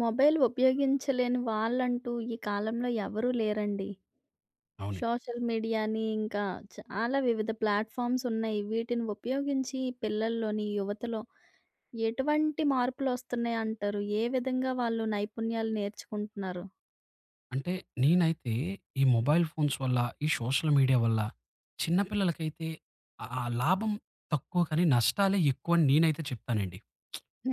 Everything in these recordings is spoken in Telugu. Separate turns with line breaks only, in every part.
మొబైల్ ఉపయోగించలేని వాళ్ళంటూ ఈ కాలంలో ఎవరూ లేరండి.
అవునండి.
సోషల్ మీడియాని ఇంకా చాలా వివిధ ప్లాట్‌ఫార్మ్స్ ఉన్నాయి. వీటిని ఉపయోగించి పిల్లల్లోని, యువతలో ఎటువంటి మార్పులొస్తున్నాయంటారు? ఏ విధంగా వాళ్ళు నైపుణ్యాలు నేర్చుకుంటున్నారు?
అంటే నేనైతే ఈ మొబైల్ ఫోన్స్ వల్ల, ఈ సోషల్ మీడియా వల్ల చిన్న పిల్లలకైతే ఆ ఆ లాభం తక్కువ కానీ నష్టాలే ఎక్కువని నేనైతే చెప్తానండి.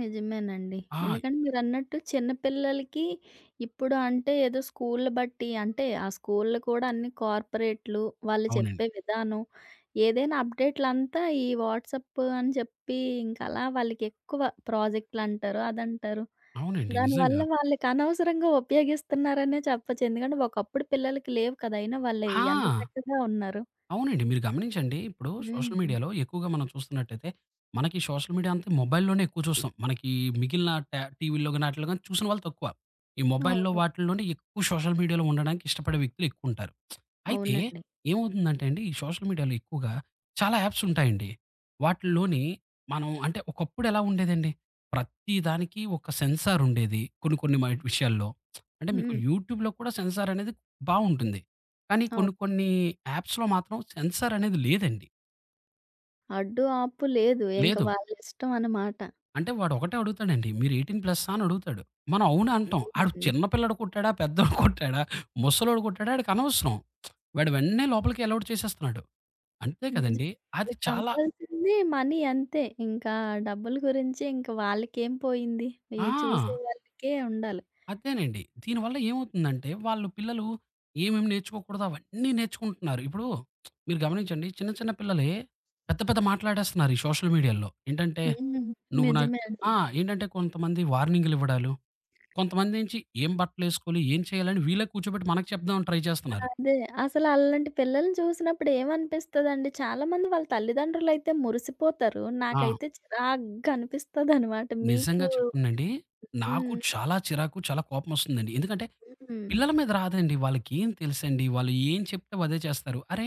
నిజమేనండి.
ఆ!
ఎందుకంటే మీరన్నట్టు చిన్న పిల్లలకి ఇప్పుడు ఏదో స్కూల్‌లు బట్టి అంటే ఆ స్కూల్‌లు కూడా అన్ని కార్పొరేట్‌లు, వాళ్ళు
అవునండి.
చెప్పే విధానం ఏదైనా అప్డేట్‌లంతా ఈ వాట్సాప్ అని చెప్పి ఇంకా అలా వాళ్ళకి ఎక్కువ ప్రాజెక్ట్‌లంటారు, అదంటారు.
అవునండి. నిజంగా.
దానివల్ల వాళ్ళకి అనవసరంగా ఉపయోగిస్తున్నారనే చెప్పొచ్చు. ఎందుకంటే ఒకప్పుడు పిల్లలకి లేవు కదా! అయినా వాళ్ళు ఎంత
ఆ!
చక్కగా ఉన్నారు.
అవునండి. మీరు గమనించండి. ఇప్పుడు సోషల్
హ్మ్.
మీడియాలో ఎక్కువగా మనం చూస్తున్నట్టయితే మనకి సోషల్ మీడియా అంతా మొబైల్‌లోనే ఎక్కువ చూస్తాం. మనకి మిగిలిన టీవీల్లో గాని, ఆటిల్లో గాని చూసిన వాళ్ళు తక్కువ. ఈ మొబైల్‌లో
అవును.
వాటిల్లోనే ఎక్కువ సోషల్ మీడియాలో ఉండడానికి ఇష్టపడే వ్యక్తులు ఎక్కువుంటారు. అయితే
అవునండి.
ఏమవుతుందంటే అండి, ఈ సోషల్ మీడియాలో ఎక్కువగా చాలా యాప్స్ ఉంటాయండి. వాటిల్లోని మనం అంటే ఒకప్పుడు ఎలా ఉండేదండి, ప్రతి దానికి ఒక సెన్సార్ ఉండేది. కొన్ని కొన్ని విషయాల్లో. అంటే మీకు
హ్మ్.
యూట్యూబ్‌లో కూడా సెన్సార్ అనేది బావుంటుంది. కానీ కొన్ని
అవును.
కొన్ని యాప్స్‌లో మాత్రం సెన్సార్ అనేది లేదండి.
అడ్డు, ఆపు లేదు. ఇంక
లేదు.
వాళ్ళిష్టం అన్నమాట.
అంటే వాడు ఒకటే అడుగుతాడండి. "మీరు 18 ప్లస్సా?" అని అడుగుతాడు. మనం అవును అంటాం. ఆడు
అవునండి.
చిన్న పిల్లోడు కొట్టాడా, పెద్దోడు కొట్టాడా, ముసలోడు కొట్టాడా ఆడికనవసరం. వాడు వెంటనే లోపలికి అలౌడ్ చేసేస్తున్నాడు. అంతే
నిజం.
కదండీ! అది
వాళ్ళకి
చాలా
కావాల్సింది మనీ అంతే. ఇంకా డబ్బుల గురించి ఇంక వాళ్ళకేం పోయింది? ఈ చూసే
ఆ!
వాళ్ళకే ఉండాలి.
అదేనండి. దీనివల్ల ఏమవుతుందంటే, వాళ్ళు పిల్లలు ఏమేమి నేర్చుకోకూడదో అవన్నీ నేర్చుకుంటున్నారు. ఇప్పుడు మీరు గమనించండి చిన్న, చిన్న పిల్లలే పెద్ద, పెద్ద మాట్లాడేస్తున్నారు ఈ సోషల్ మీడియాలో. ఏంటంటే,
హ్మ్.
నువ్వు నాకు
నిజమే అండి.
ఆ! ఏంటంటే కొంతమంది వార్నింగ్‌లు ఇవ్వడాలు, కొంతమందేంచి ఏం బట్టలేసుకోవాలి, ఏం చేయాలని వీళ్ళే కూర్చోబెట్టి మనకు చెప్దామని ట్రై చేస్తున్నారు.
అదే. అసలు అలాంటి పిల్లల్ని చూసినప్పుడు ఏమనిపిస్తదండి? చాలామంది వాళ్ళ తల్లిదండ్రులైతే మురిసిపోతారు.
ఆ!
నాకైతే చిరాగ్గా అనిపిస్తదనమాట.
నిజంగా
మీకు
చెప్తానండి. నాకు
హ్మ్.
చాలా చిరాకు, చాలా కోపమొస్తుందండి. ఎందుకంటే
హ్మ్.
పిల్లల మీద రాదండి. వాళ్ళకేం తెలుసండి. వాళ్ళు ఏం చెప్తే అదే చేస్తారు. అరే!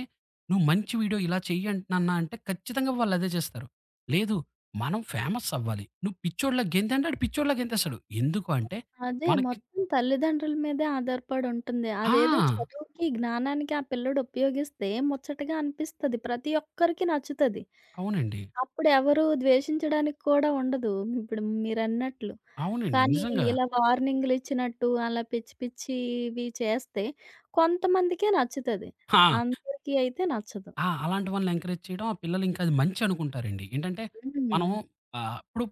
నువ్వు మంచి వీడియో ఇలా చెయ్యి నాన్న అంటే ఖచ్చితంగా వాళ్ళదే చేస్తారు. లేదు మనం ఫేమస్ అవ్వాలి. నువ్వు పిచ్చోడిలా గెంతంటే ఆడు పిచ్చోడిలా గెంతేస్తాడు. ఎందుకు అంటే
అదే.
మనకి
మొత్తం తల్లిదండ్రుల మీదే ఆధారపడి ఉంటుంది. అదేదో
ఆ!
చదువుకి, జ్ఞానానికి ఆ పిల్లోడు ఉపయోగిస్తే ముచ్చటగా అనిపిస్తది. ప్రతి ఒక్కరికి నచ్చుతది.
అవునండి.
అప్పుడు ఎవరు ద్వేషించడానికి కూడా ఉండదు. ఇప్పుడు మీరన్నట్లు.
అవునండి.
కానీ
నిజంగా.
ఇలా వార్నింగులిచ్చినట్టు, అలా పిచ్చి పిచ్చివి చేస్తే కొంతమందికే నచ్చుతది.
ఆ!
అందరికీ అయితే నచ్చదు.
ఆ! అలాంటి వాళ్ళని ఎంకరేజ్ చేయడం, ఆ పిల్లలు ఇంకా అది మంచి అనుకుంటారండి. ఏంటంటే,
హ్మ్.
మనం ఇప్పుడు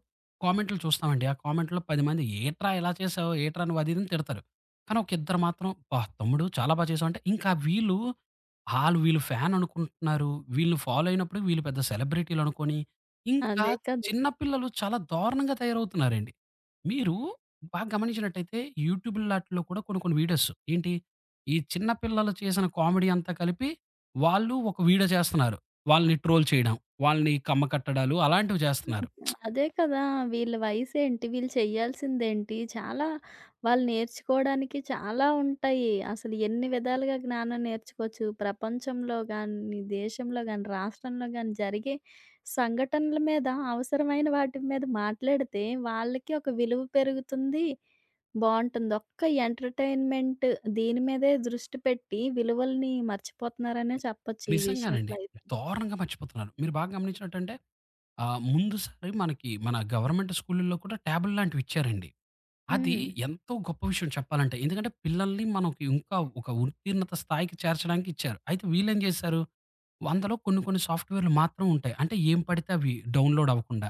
కామెంట్‌లు చూస్తామండి. ఆ కామెంట్‌లో 10 మంది "ఏట్రా ఇలా చేసావు? ఏట్రా నువ్వు?" అది ఇది అని తిడతారు. కానీ ఒక ఇద్దరు మాత్రం "అబ్బా! తమ్ముడు చాలా బా చేసావు" అంటే ఇంకా వీళ్ళు, ఆళ్ళు వీళ్ళు ఫ్యాన్ అనుకుంటున్నారు. వీళ్ళని ఫాలో అయినప్పుడు వీళ్ళు పెద్ద సెలబ్రిటీలు అనుకోని, ఇంకా
అదే కదా!
చిన్న పిల్లలు చాలా దారుణంగా తయారవుతున్నారండి. మీరు బాగా గమనించినట్టయితే యూట్యూబ్ లాటిల్లో కూడా కొన్ని కొన్ని వీడియోస్ ఏంటి, ఈ చిన్న పిల్లలు చేసిన కామెడీ అంతా కలిపి వాళ్ళు ఒక వీడియో చేస్తున్నారు. వాళ్ళని ట్రోల్ చేయడం, వాళ్ళని కమ్మకట్టడాలు అలాంటివి చేస్తున్నారు.
అదే కదా! వీళ్ళ వయసేంటి? వీళ్ళు చేయాల్సిందేంటి? చాలా వాళ్ళు నేర్చుకోవడానికి చాలా ఉంటాయి. అసలు ఎన్ని విధాలుగా జ్ఞానం నేర్చుకోవచ్చు. ప్రపంచంలో గాని, దేశంలో గాని, రాష్ట్రంలో గాని జరిగే సంఘటనల మీద అవసరమైన వాటి మీద మాట్లాడితే వాళ్ళకి ఒక విలువ పెరుగుతుంది. బావుంటుంది. ఒక్క ఎంటర్‌టైన్‌మెంట్ దీని మీదే దృష్టి పెట్టి విలువల్ని మర్చిపోతున్నారనే చెప్పొచ్చు ఈ విషయంలో
నిజంగానండి.
అయితే.
దారుణంగా మర్చిపోతున్నారు. మీరు బాగా గమనించినట్టంటే ముందుసారి మనకి మన గవర్నమెంట్ స్కూలుల్లో కూడా ట్యాబులు లాంటివి ఇచ్చారండి. అది
హ్మ్.
ఎంతో గొప్ప విషయం చెప్పాలంటే. ఎందుకంటే పిల్లల్ని మనకి ఇంకా ఒక ఉత్తీర్ణత స్థాయికి చేర్చడానికి ఇచ్చారు. అయితే వీళ్ళేం చేశారు? అందులో కొన్ని కొన్ని సాఫ్ట్‌వేర్‌లు మాత్రం ఉంటాయి. అంటే ఏం పడితే అవి డౌన్‌లోడ్ అవ్వకుండా.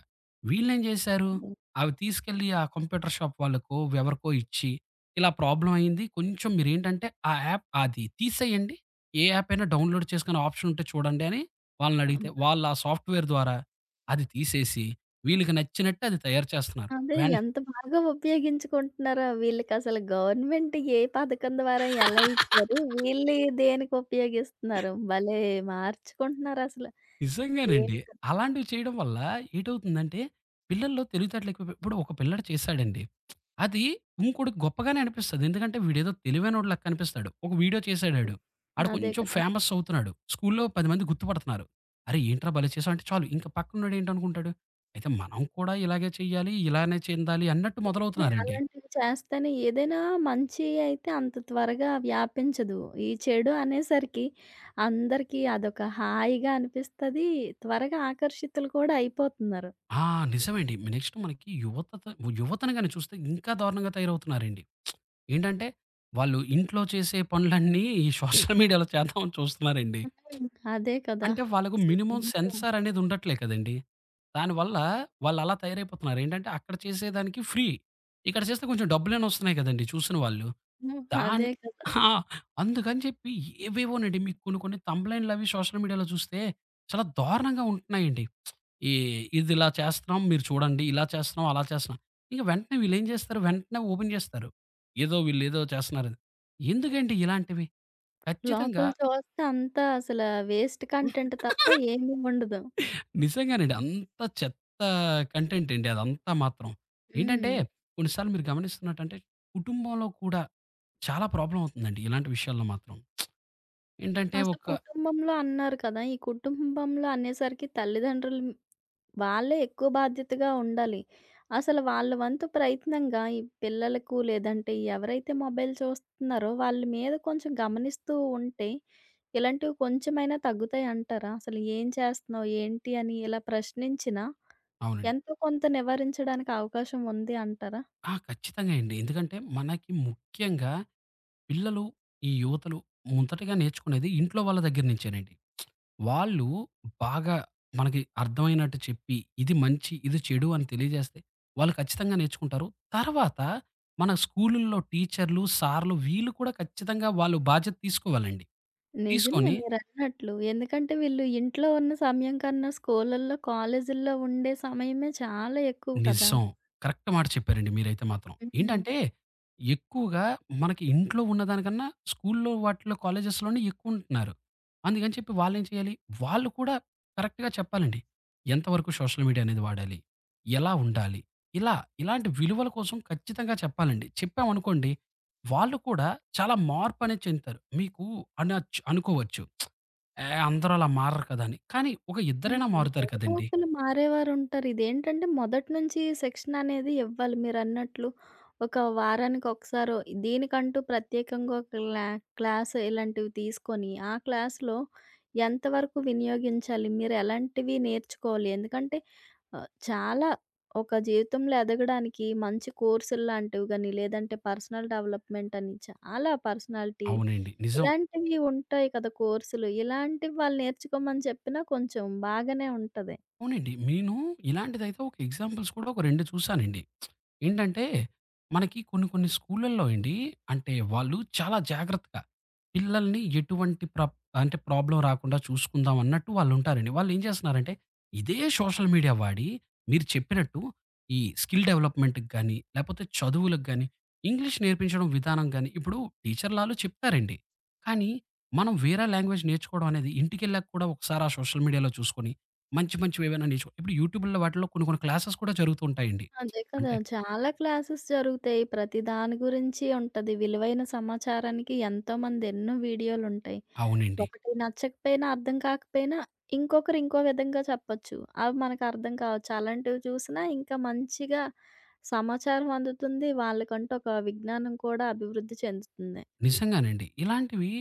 వీళ్ళేం జేశారు, అవి తీసుకెళ్ళి ఆ కంప్యూటర్ షాప్ వాళ్ళకో, ఎవరికో ఇచ్చి, ఇలా ప్రాబ్లమ్ అయింది. కొంచెం మీరేంటంటే ఆ యాప్ అది తీసేయండి. ఏ యాప్ అయినా డౌన్‌లోడ్ చేసుకునే ఆప్షన్ ఉంటే చూడండి అని వాళ్ళనడిగితే,
హ్మ్.
వాళ్ళు ఆ సాఫ్ట్‌వేర్ ద్వారా అది తీసేసి వీళ్ళకి నచ్చినట్టు అది తయారు చేస్తున్నారు.
అదే ఎంత బాగా ఉపయోగించుకుంటున్నారో వీళ్ళకసలు గవర్నమెంట్ ఏ పథకం ద్వారా ఎలా ఇచ్చారు? వీళ్ళు దేనికి ఉపయోగిస్తున్నారు? భలే మార్చుకుంటున్నారసలు. ఏం
నిజంగానండి. అలాంటివి చేయడం వల్ల ఏటవుతుందంటే, పిల్లల్లో తెలివితేటలు ఎక్కువైపోయి ఇప్పుడు ఒక పిల్లాడు చేశాడండి. అది ఇంకోడికి గొప్పగానే అనిపిస్తది. ఎందుకంటే వీడేదో తెలివైనోడు లెక్క కనిపిస్తాడు. ఒక వీడియో చేశాడాడు. ఆడు
అదే
కొంచెం
కదా!
ఫేమస్ అవుతున్నాడు. స్కూల్‌లో 10 మంది గుర్తుపడుతున్నారు. "అరే! ఏంట్రా భలే చేసావు" అంటే చాలు ఇంక పక్కనోడు ఏంటనుకుంటాడు, అయితే మనం కూడా ఇలాగే చేయాలి, ఇలానే చెందాలి అన్నట్టు
నిజమే.
మొదలవుతున్నారండి.
అలాంటివి చేస్తేనే ఏదైనా మంచి అయితే అంత త్వరగా వ్యాపించదు. ఈ చెడు అనేసరికి అందరికీ అదొక హాయిగా అనిపిస్తది. త్వరగా ఆకర్షితులు కూడా అయిపోతున్నారు.
ఆ! నిజమండి. నెక్స్ట్ మనకి యువతను గాని చూస్తే ఇంకా దారుణంగా తయారవుతున్నారండి. ఏంటంటే, వాళ్ళు ఇంట్లో చేసే పనులన్నీ ఈ సోషల్ మీడియాలో చేద్దామని చూస్తున్నారండి.
హ్మ్. అదే కదా!
అంటే వాళ్ళకు
అసలు
మినిమమ్
ఎంత
సెన్సార్ అనేది ఉండట్లే కదండీ! దానివల్ల వాళ్ళు అలా తయారైపోతున్నారు. ఏంటంటే అక్కడ చేసేదానికి ఫ్రీ. ఇక్కడ చేస్తే కొంచెం డబ్బులైనా వస్తున్నాయి కదండీ చూసిన వాళ్ళు.
హ్మ్. అదే
దాన్ని
కదా!
ఆ! అందుకని చెప్పి ఏవేవోనండి మీకు కొన్ని కొన్ని తంబ్‌లైన్‌లు అవి సోషల్ మీడియాలో చూస్తే చాలా దారుణంగా ఉంటున్నాయండి. ఈ ఇదిలా చేస్తున్నాం మీరు చూడండి. ఇలా చేస్తున్నాం, అలా చేస్తున్నాం. ఇంక వెంటనే వీళ్ళేం చేస్తారు? వెంటనే ఓపెన్ చేస్తారు. ఏదో వీళ్ళేదో చేస్తున్నారని. ఎందుకండి ఇలాంటివి? ఖచ్చితంగా
లోపల చూస్తే అంతా వేస్ట్ కంటెంట్ తప్ప ఏమీ ఉండదు.
నిజంగానండి. అంతా చెత్త కంటెంట్ అండి అదంతా మాత్రం. ఏంటంటే
హ్మ్.
కొన్నిసార్లు మీరు గమనిస్తున్నట్టంటే కుటుంబంలో కూడా చాలా ప్రాబ్లమ్ అవుతుందండి ఇలాంటి విషయాల్లో మాత్రం. ఏంటంటే
అసలు
ఒక
కుటుంబంలో అన్నారు కదా! ఈ కుటుంబంలో అనేసరికి తల్లిదండ్రులు వాళ్ళే ఎక్కువ బాధ్యతగా ఉండాలి. అసలు వాళ్ళ వంతు ప్రయత్నంగా ఈ పిల్లలకు లేదంటే ఎవరైతే మొబైల్ చూస్తున్నారో వాళ్ళ మీద కొంచెం గమనిస్తూ ఉంటే ఇలాంటివి కొంచెమైనా తగ్గుతాయంటారా? అసలు ఏం చేస్తున్నావు? ఏంటి? అని ఇలా ప్రశ్నించినా
అవునండి.
ఎంతో కొంత నివారించడానికి అవకాశం ఉంది అంటారా?
ఆ! ఖచ్చితంగా అండి. ఎందుకంటే మనకి ముఖ్యంగా పిల్లలు, ఈ యువతలు మొదటగా నేర్చుకునేది ఇంట్లో వాళ్ళ దగ్గర నుంచేనండి. వాళ్ళు బాగా మనకి అర్థమైనట్టు చెప్పి, ఇది మంచి, ఇది చెడు అని తెలియజేస్తే వాళ్ళు ఖచ్చితంగా నేర్చుకుంటారు. తర్వాత మన స్కూలుల్లో టీచర్లు, సార్‌లు వీళ్ళు కూడా ఖచ్చితంగా వాళ్ళు బాధ్యత తీసుకోవాలండి.
నిజమే
తీసుకొని
మీరన్నట్లు. ఎందుకంటే వీళ్ళు ఇంట్లో ఉన్న సమయం కన్నా స్కూళ్ళల్లో, కాలేజీల్లో ఉండే సమయమే చాలా ఎక్కువ కదా!
నిజం. కరెక్ట్ మాట చెప్పారండి మీరైతే మాత్రం.
హుహు.
ఏంటంటే, ఎక్కువగా మనకి ఇంట్లో ఉన్నదానికన్నా స్కూల్లో వాటిలో, కాలేజెస్‌లోనే ఎక్కువంటున్నారు. అందుకని చెప్పి వాళ్ళేం చేయాలి, వాళ్ళు కూడా కరెక్ట్‌గా చెప్పాలండి. ఎంతవరకు సోషల్ మీడియా అనేది వాడాలి? ఎలా ఉండాలి? ఇలా ఇలాంటి విలువల కోసం ఖచ్చితంగా చెప్పాలండి. చెప్పామనుకోండి, వాళ్ళు కూడా చాలా మార్పనేది చెందుతారు. మీకు అనొచ్చు అనుకోవచ్చు. ఏ అందరూ అలా మారరు కదా అని. కానీ ఒక
హ్మ్.
ఇద్దరైనా మారుతారు
ఎవరో
కదండీ!
ఒకళ్ళు మారేవారుంటారు. ఇదేంటంటే మొదటి నుంచి శిక్షణ అనేది ఇవ్వాలి మీరన్నట్లు. ఒక వారానికి ఒకసారో దీనికంటూ ప్రత్యేకంగా ఒక క్లా క్లాస్ ఇలాంటివి తీసుకొని, ఆ క్లాస్‌లో ఎంతవరకు వినియోగించాలి? మీరు ఎలాంటివి నేర్చుకోవాలి? ఎందుకంటే చాలా ఒక జీవితంలో ఎదగడానికి మంచి కోర్సుల్లాంటివి గాని, లేదంటే పర్సనల్ డెవలప్‌మెంట్ అని చాలా పర్సనాలిటీ
అవునండి. నిజం.
ఇలాంటివి ఉంటాయి కదా కోర్సులు. ఇలాంటివి వాళ్ళు నేర్చుకోమని చెప్పినా కొంచెం బాగానే ఉంటది.
అవునండి. నేను ఇలాంటిదైతే ఒక ఎగ్జాంపుల్స్ కూడా ఒక 2 చూసానండి. ఏంటంటే, మనకి కొన్ని కొన్ని స్కూళ్ళల్లో అండి అంటే వాళ్ళు చాలా జాగ్రత్తగా పిల్లల్ని ఎటువంటి అంటే ప్రాబ్లమ్ రాకుండా చూసుకుందాం అన్నట్టు వాళ్ళుంటారండి. వాళ్ళేం చేస్తున్నారంటే, ఇదే సోషల్ మీడియా వాడి మీరు చెప్పినట్టు ఈ స్కిల్ డెవలప్‌మెంట్‌కి గాని, లేపోతే చదువులకు గాని, ఇంగ్లీష్ నేర్పించడం విధానం గాని, ఇప్పుడు టీచర్లాలు చెప్తారండి. కానీ, మనం వేరే లాంగ్వేజ్ నేర్చుకోవడం అనేది ఇంటికెళ్ళాక కూడా ఒకసారి ఆ సోషల్ మీడియాలో చూసుకొని మంచి మంచివేవైనా నేర్చుకో ఇప్పుడు యూట్యూబ్‌లో వాటిలో కొన్ని కొన్ని క్లాసెస్ కూడా జరుగుతూ ఉంటాయండి.
అదే కదా!
అంటే
చాలా క్లాసెస్ జరుగుతాయి. ప్రతి దాని గురించి ఉంటది. విలువైన సమాచారానికి ఎంతోమంది ఎన్నో వీడియోలుంటాయి.
అవునండి.
ఒకటి నచ్చకపోయినా, అర్థం కాకపోయినా ఇంకొకరు ఇంకో విధంగా చెప్పొచ్చు. అవి మనకు అర్థం కావచ్చు. అలాంటివి చూసినా ఇంకా మంచిగా సమాచారం అందుతుంది. వాళ్ళకంటూ ఒక విజ్ఞానం కూడా అభివృద్ధి చెందుతుంది.
నిజంగానండి. ఇలాంటివి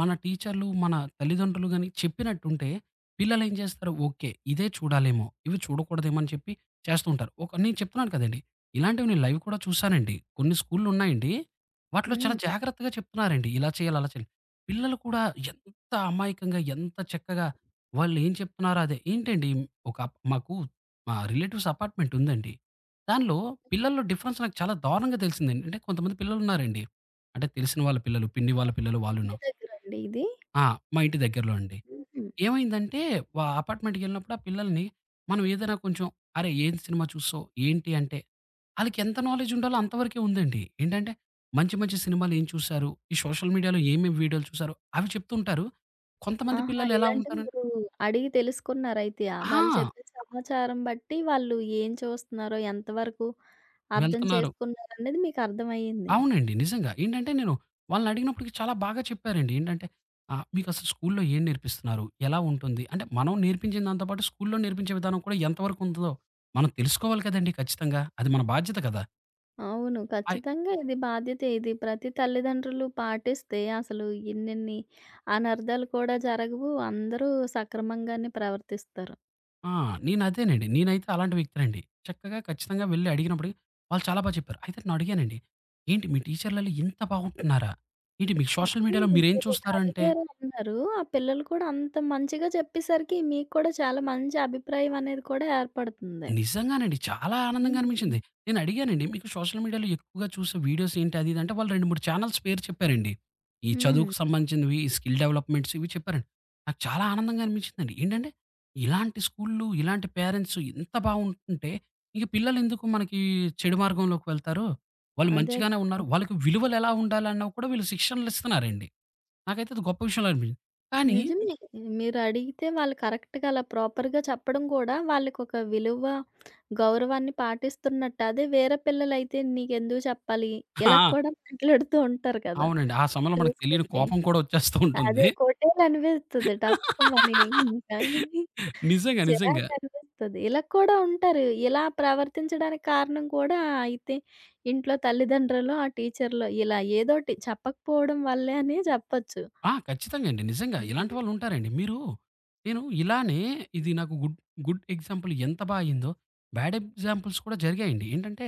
మన టీచర్‌లు, మన తల్లిదండ్రులు గాని చెప్పినట్టుంటే పిల్లలేం చేస్తారు? ఓకే. ఇదే చూడాలేమో! ఇవి చూడకూడదేమో అని చెప్పి చేస్తూ ఉంటారు. ఒక నేను చెప్తున్నాను కదండీ! ఇలాంటివి నేను లైవ్ కూడా చూసానండి. కొన్ని స్కూల్‌లున్నాయండి. వాటిలో చాలా
హ్మ్.
జాగ్రత్తగా చెప్తున్నారండి. ఇలా చేయాలి, అలా చేయాలి. పిల్లలు కూడా ఎంత అమాయకంగా, ఎంత చక్కగా వాళ్ళేం చెప్తున్నారో అదే. ఏంటండి ఒక మాకు మా రిలేటివ్స్ అపార్ట్‌మెంట్ ఉందండి. దానిలో పిల్లల్లో డిఫరెన్స్ నాకు చాలా దారుణంగా తెలిసిందండి. అంటే కొంతమంది పిల్లలున్నారండి. అంటే తెలిసిన వాళ్ళ పిల్లలు, పిన్ని వాళ్ళ పిల్లలు
మీ
వాళ్ళును.
ఇంటి దగ్గరండి ఇది?
ఆ! మా ఇంటి దగ్గరలో అండి.
హుహు.
ఏమైందంటే అపార్ట్‌మెంట్‌కెళ్ళినప్పుడు ఆ పిల్లల్ని మనం ఏదైనా కొంచెం "అరేయ్! ఏం సినిమా చూసావు? ఏంటి?" అంటే ఆళ్ళకెంత నాలెడ్జ్ ఉండాలో అంత వరకే ఉందండి. ఏంటంటే మంచి మంచి సినిమాలు ఏం చూసారు? ఈ సోషల్ మీడియాలో ఏమేమి వీడియోలు చూసారు? అవి చెప్తూ ఉంటారు. కొంతమంది
ఆహా!
పిల్లలు ఎలా
ఇలాంటివి
ఉంటారన్
మీరు అడిగి తెలుసుకున్నారైతే. ఆ! వాళ్ళు
ఆ!
చెప్పిన సమాచారం బట్టి వాళ్ళు ఏం చూస్తున్నారో, ఎంతవరకు అర్థం
వెళ్తున్నారు.
చేసుకున్నారనేది మీకర్థమయ్యింది.
అవునండి. నిజంగా. ఏంటంటే నేను వాళ్ళని అడిగినప్పటికి చాలా బాగా చెప్పారండి. ఏంటంటే "మీకసలు స్కూల్‌లో ఏం నేర్పిస్తున్నారు? ఎలా ఉంటుంది?" అంటే మనం నేర్పించిన దాంతో పాటు స్కూల్‌లో నేర్పించే విధానం కూడా ఎంతవరకు ఉందో మనం తెలుసుకోవాలి కదండీ ఖచ్చితంగా. అది మన బాధ్యత కదా!
అవును.
అయ్
ఖచ్చితంగా ఇది బాధ్యతే. ఇది ప్రతి తల్లిదండ్రులు పాటిస్తే అసలు ఇన్నిన్ని అనర్థాలు కూడా జరగవు. అందరూ సక్రమంగానే ప్రవర్తిస్తారు.
ఆ! నేనదేనండి. నేనైతే అలాంటి వ్యక్తినండి. చక్కగా ఖచ్చితంగా వెళ్లి అడిగినప్పటికి వాళ్ళు చాలా బా చెప్పారు. అయితే నేనడిగానండి, "ఏంటి మీ టీచర్లలో ఇంత బాగుంటున్నారా? ఏంటి మీకు సోషల్
అదే
మీడియాలో మీరేం
మీరిలా
చూస్తారంటే"
అడిగారు అన్నారు. ఆ పిల్లలు కూడా అంత మంచిగా చెప్పేసరికి మీకు కూడా చాలా మంచి అభిప్రాయం అనేది కూడా ఏర్పడుతుంది.
నిజంగానండి. చాలా ఆనందంగా అనిపించింది.
హ్మ్.
నేను అడిగానండి, మీకు సోషల్ మీడియాలో ఎక్కువగా చూసే వీడియోస్ ఏంటి? అది ఇది అంటే వాళ్ళు 2, 3 ఛానెల్స్ పేరు చెప్పారండి. ఈ
హ్మ్.
చదువుకు సంబంధించినవి, ఈ స్కిల్ డెవలప్‌మెంట్స్ ఇవి చెప్పారండి. నాకు చాలా ఆనందంగా అనిపించిందండి. ఏంటంటే, ఇలాంటి స్కూల్‌లు, ఇలాంటి పేరెంట్స్ ఇంత బావుంటుంటే, ఇంక పిల్లలెందుకు మనకి చెడు మార్గంలోకి వెళ్తారు? వాళ్ళు
అదే
మంచిగానే
కదా!
ఉన్నారు. వాళ్ళకి విలువలెలా ఉండాలన్నా కూడా వీళ్ళు శిక్షణలిస్తున్నారండి. నాకైతే అది గొప్ప విషయంలా అనిపించింది. కానీ
నిజమే. మీరడిగితే వాళ్ళు కరెక్ట్‌గా అలా ప్రాపర్‌గా చెప్పడం కూడా వాళ్ళకొక విలువ, గౌరవాన్ని పాటిస్తున్నట్టు. అదే వేరే పిల్లలైతే నీకెందుకు చెప్పాలి? ఇలా
ఆ!
కూడా మాట్లాడుతూ ఉంటారు కదా!
అవునండి. ఆ సమయంలో మనకు తెలియని
చూసుకుంటే.
కోపం కూడా వచ్చేస్తూ
అదే
ఉంటుంది.
కొటేలనిపిస్తది టప్పుమని ఇంకా
నిజంగా. నిజంగా.
చిరాకనిపిస్తది. ఇలా కూడా ఉంటారు. ఇలా ప్రవర్తించడానికి కారణం కూడా అయితే ఇంట్లో తల్లిదండ్రులు, ఆ టీచర్‌లో ఇలా ఏదోటి చెప్పకపోవడం వల్లే అని చెప్పొచ్చు.
ఆ! ఖచ్చితంగా అండి. నిజంగా ఇలాంటి
హ్మ్.
వాళ్ళుంటారండి. మీరు నేను ఇలానే ఇది నాకు గుడ్ గుడ్ ఎగ్జాంపుల్ ఎంత బా అయిందో, బ్యాడ్ ఎగ్జాంపుల్స్ కూడా జరిగాయండి. ఏంటంటే,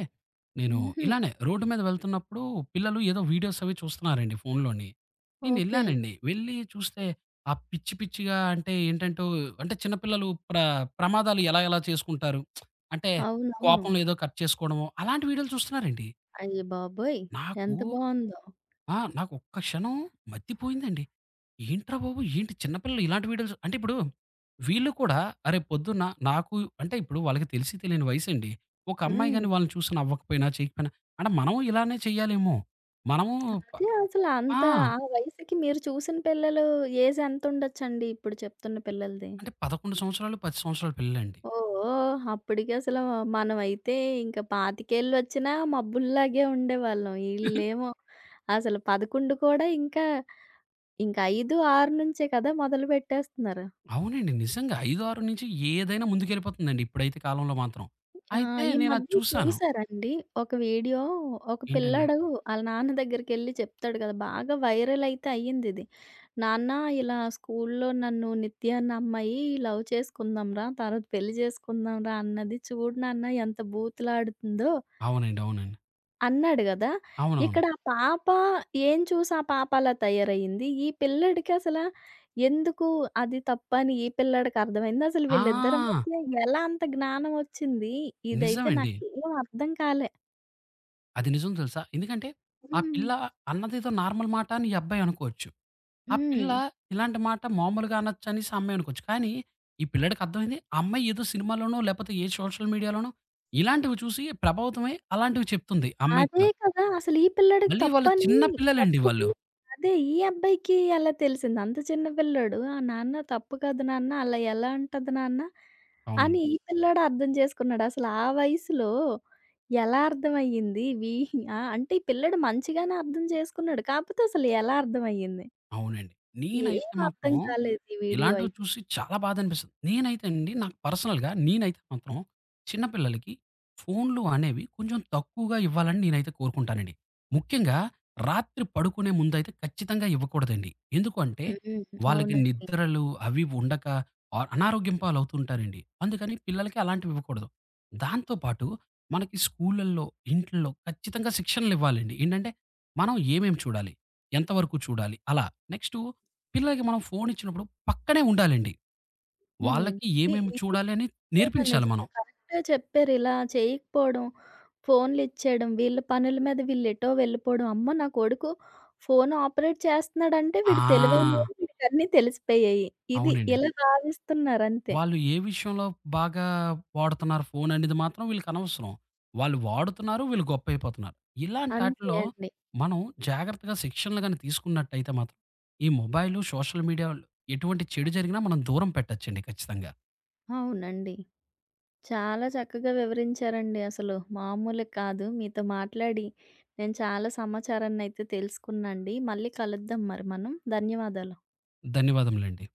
నేను
హుహు.
ఇలానే రోడ్డు మీద వెళ్తున్నప్పుడు పిల్లలు ఏదో వీడియోస్ అవి చూస్తున్నారండి ఫోన్‌లోని.
ఓకే.
నేనెళ్ళానండి. వెళ్లి చూస్తే ఆ పిచ్చి పిచ్చిగా అంటే ఏంటంటో అంటే చిన్న పిల్లలు ప్రమాదాలు ఎలా ఎలా చేసుకుంటారు. అంటే
అవునవును.
కోపంలో ఏదో కట్ చేసుకోవడమో అలాంటి వీడియోలు చూస్తున్నారండి.
అయ్యబాబోయ్!
నాకు
ఎంత బావుందో.
ఆ! నాకు ఒక్క క్షణం మతిపోయిందండి. ఏంట్రా బాబు! ఏంటి చిన్న పిల్లలు ఇలాంటి వీడియోస్ అంటే ఇప్పుడు వీళ్ళు కూడా అరే పొద్దున్న నాకు అంటే ఇప్పుడు వాళ్ళకి తెలిసి తెలియని వయసండి. ఒక అమ్మాయి
హ్మ్.
గాని వాళ్ళని చూసి నవ్వకపోయినా, చేయకపోయినా అంటే మనం ఇలానే చేయాలేమో! మనము ప
అదే అసలు
ఆ!
అంత ఆ వయసుకి మీరు చూసిన పిల్లలు ఏజ్ ఎంతుండొచ్చండి ఇప్పుడు చెప్తున్న పిల్లలది?
అంటే 11 సంవత్సరాలు, 10 సంవత్సరాల పిల్లలండి.
ఓహో! అప్పటికి అసలు మనమైతే ఇంక పాతికేళ్ళొచ్చినా మబ్బుల్లాగే ఉండేవాళ్ళం. ఈళ్ళేమో అసలు 11 కూడా ఇంకా, ఇంక 5, 6 నుంచే కదా మొదలుపెట్టేస్తున్నారు.
అవునండి. నిజంగా 5, 6 నుంచి ఏదైనా ముందుకెళ్ళిపోతుందండి. ఇప్పుడైతే కాలంలో మాత్రం.
ఆ!
అయితే
ఈ
నేనది
మధ్య
చూసాను.
చూసారండి ఒక వీడియో ఒక
ఏంటండి
పిల్లాడు ఆళ్ళ నాన్న దగ్గరికెళ్ళి చెప్తాడు కదా! బాగా వైరల్ అయితే అయ్యిందిది. నాన్న ఇలా స్కూల్లో నన్ను నిత్య అన్న అమ్మాయి లవ్ చేసుకుందాంరా తర్వాత పెళ్లి చేసుకుందాంరా అన్నది. చూడు నాన్న ఎంత బూతులాడుతుందో.
అవునండి. అవునండి.
అన్నాడు గదా!
అవునవును.
ఇక్కడ ఆ పాప ఏం చూసి ఆ పాప అలా తయారయింది. ఈ పిల్లాడికి అసల ఎందుకు అది తప్పని ఈ పిల్లాడికి అర్థమైంది. అసలు వీళ్ళిద్దరి
ఆ!
మధ్య ఎలా అంత జ్ఞానం వచ్చింది? ఇదైతే
నిజమండి.
నాకేం అర్థం కాలే.
అది నిజం తెలుసా? ఎందుకంటే, ఆ
హ్మ్.
పిల్ల అన్నదేదో నార్మల్ మాట అని ఈ అబ్బాయి అనుకోవచ్చు. ఆ పిల్ల
హ్మ్.
ఇలాంటి మాట మామూలుగా అనొచ్చనేసి ఆ అమ్మాయి అనుకోవచ్చు. కానీ, ఈ పిల్లాడికి అర్థమైంది ఆ అమ్మాయి ఏదో సినిమాలోనో, లేపోతే ఏ సోషల్ మీడియాలోనో ఇలాంటివి చూసి ప్రభావితమై అలాంటివి చెప్తుంది ఆ అమ్మాయి
అదే
కూడా.
కదా! అసలు ఈ పిల్లాడికి
మళ్ళీ వాళ్ళు
తప్పని
చిన్న పిల్లలండి
తప్పు
వాళ్ళు.
అని అదే ఈ అబ్బాయికి ఎలా తెలిసింది? అంత చిన్న పిల్లోడు. ఆ! నాన్న తప్పు కాదు నాన్న. అలా ఎలా అంటది నాన్న? అని
అవునండి.
ఈ పిల్లాడు అర్థం చేసుకున్నాడు. అసలు ఆ వయసులో ఎలా అర్థమయ్యింది? ఆ! అంటే ఈ పిల్లాడు మంచిగానే అర్థం చేసుకున్నాడు. కాకపోతే అసలు ఎలా అర్థమయ్యింది?
అవునండి. నేనైతే
ఏం
మాత్రం
అర్థం కాలేదు ఈ వీడియో
ఇలాంటివి
అయితే.
చూసి చాలా బాధ అనిపిస్తుంది. నేనైతే అండి నాకు పర్సనల్‌గా నేనైతే మాత్రం చిన్న పిల్లలకి ఫోన్‌లు అనేవి కొంచెం తక్కువగా ఇవ్వాలని నేనైతే కోరుకుంటానండి. ముఖ్యంగా రాత్రి పడుకునే ముందైతే ఖచ్చితంగా ఇవ్వకూడదండి. ఎందుకు అంటే
హ్మ్.
వాళ్ళకి
అవునండి.
నిద్రలు అవి ఉండక అనారోగ్యం పాలవుతుంటారండి. అందుకని పిల్లలకి అలాంటివి ఇవ్వకూడదు. దాంతో పాటు మనకి స్కూళ్ళల్లో, ఇంట్లో ఖచ్చితంగా శిక్షణలివ్వాలండి. ఏంటంటే మనం ఏమేమి చూడాలి? ఎంతవరకు చూడాలి? అలా. నెక్స్టు పిల్లలకి మనం ఫోన్ ఇచ్చినప్పుడు పక్కనే ఉండాలండి.
హ్మ్.
వాళ్ళకి
ఇది
ఏమేమి
ఇది
చూడాలి అని నేర్పించాలి మనం.
నిజంగా కరెక్టే చెప్పారు. ఇలా చేయకపోవడం ఫోన్లిచ్చేయడం. వీళ్ళ పనుల మీద వీళ్ళెటో వెళ్ళిపోవడం. అమ్మో! నా కొడుకు ఫోను ఆపరేట్ చేస్తున్నాడంటే వీడు
ఆ!
తెలివైనోడు వీడికన్నీ తెలిసిపోయాయి. ఇది
అవునండి.
ఇలా భావిస్తున్నారంతే.
వాళ్ళు ఏ విషయంలో బాగా వాడుతున్నారు ఫోన్ అనేది మాత్రం వీళ్ళకి అనవసరం. వాళ్ళు వాడుతున్నారు, వీళ్ళు గొప్పయిపోతున్నారు. ఇలాంటి
అంతే
ఆటిల్లో
అంతే అండి.
మనం జాగ్రత్తగా శిక్షణలు గాని తీసుకున్నట్టయితే మాత్రం ఈ మొబైలు, సోషల్ మీడియా ఎటువంటి చెడు జరిగినా మనం దూరం పెట్టొచ్చండి ఖచ్చితంగా.
అవునండి. చాలా చక్కగా వివరించారండి అసలు. మామూలు కాదు. మీతో మాట్లాడి నేను చాలా సమాచారాన్నయితే తెలుసుకున్నా అండి. మళ్ళీ కలుద్దాం మరి మనం. ధన్యవాదాలు.
ధన్యవాదములండి.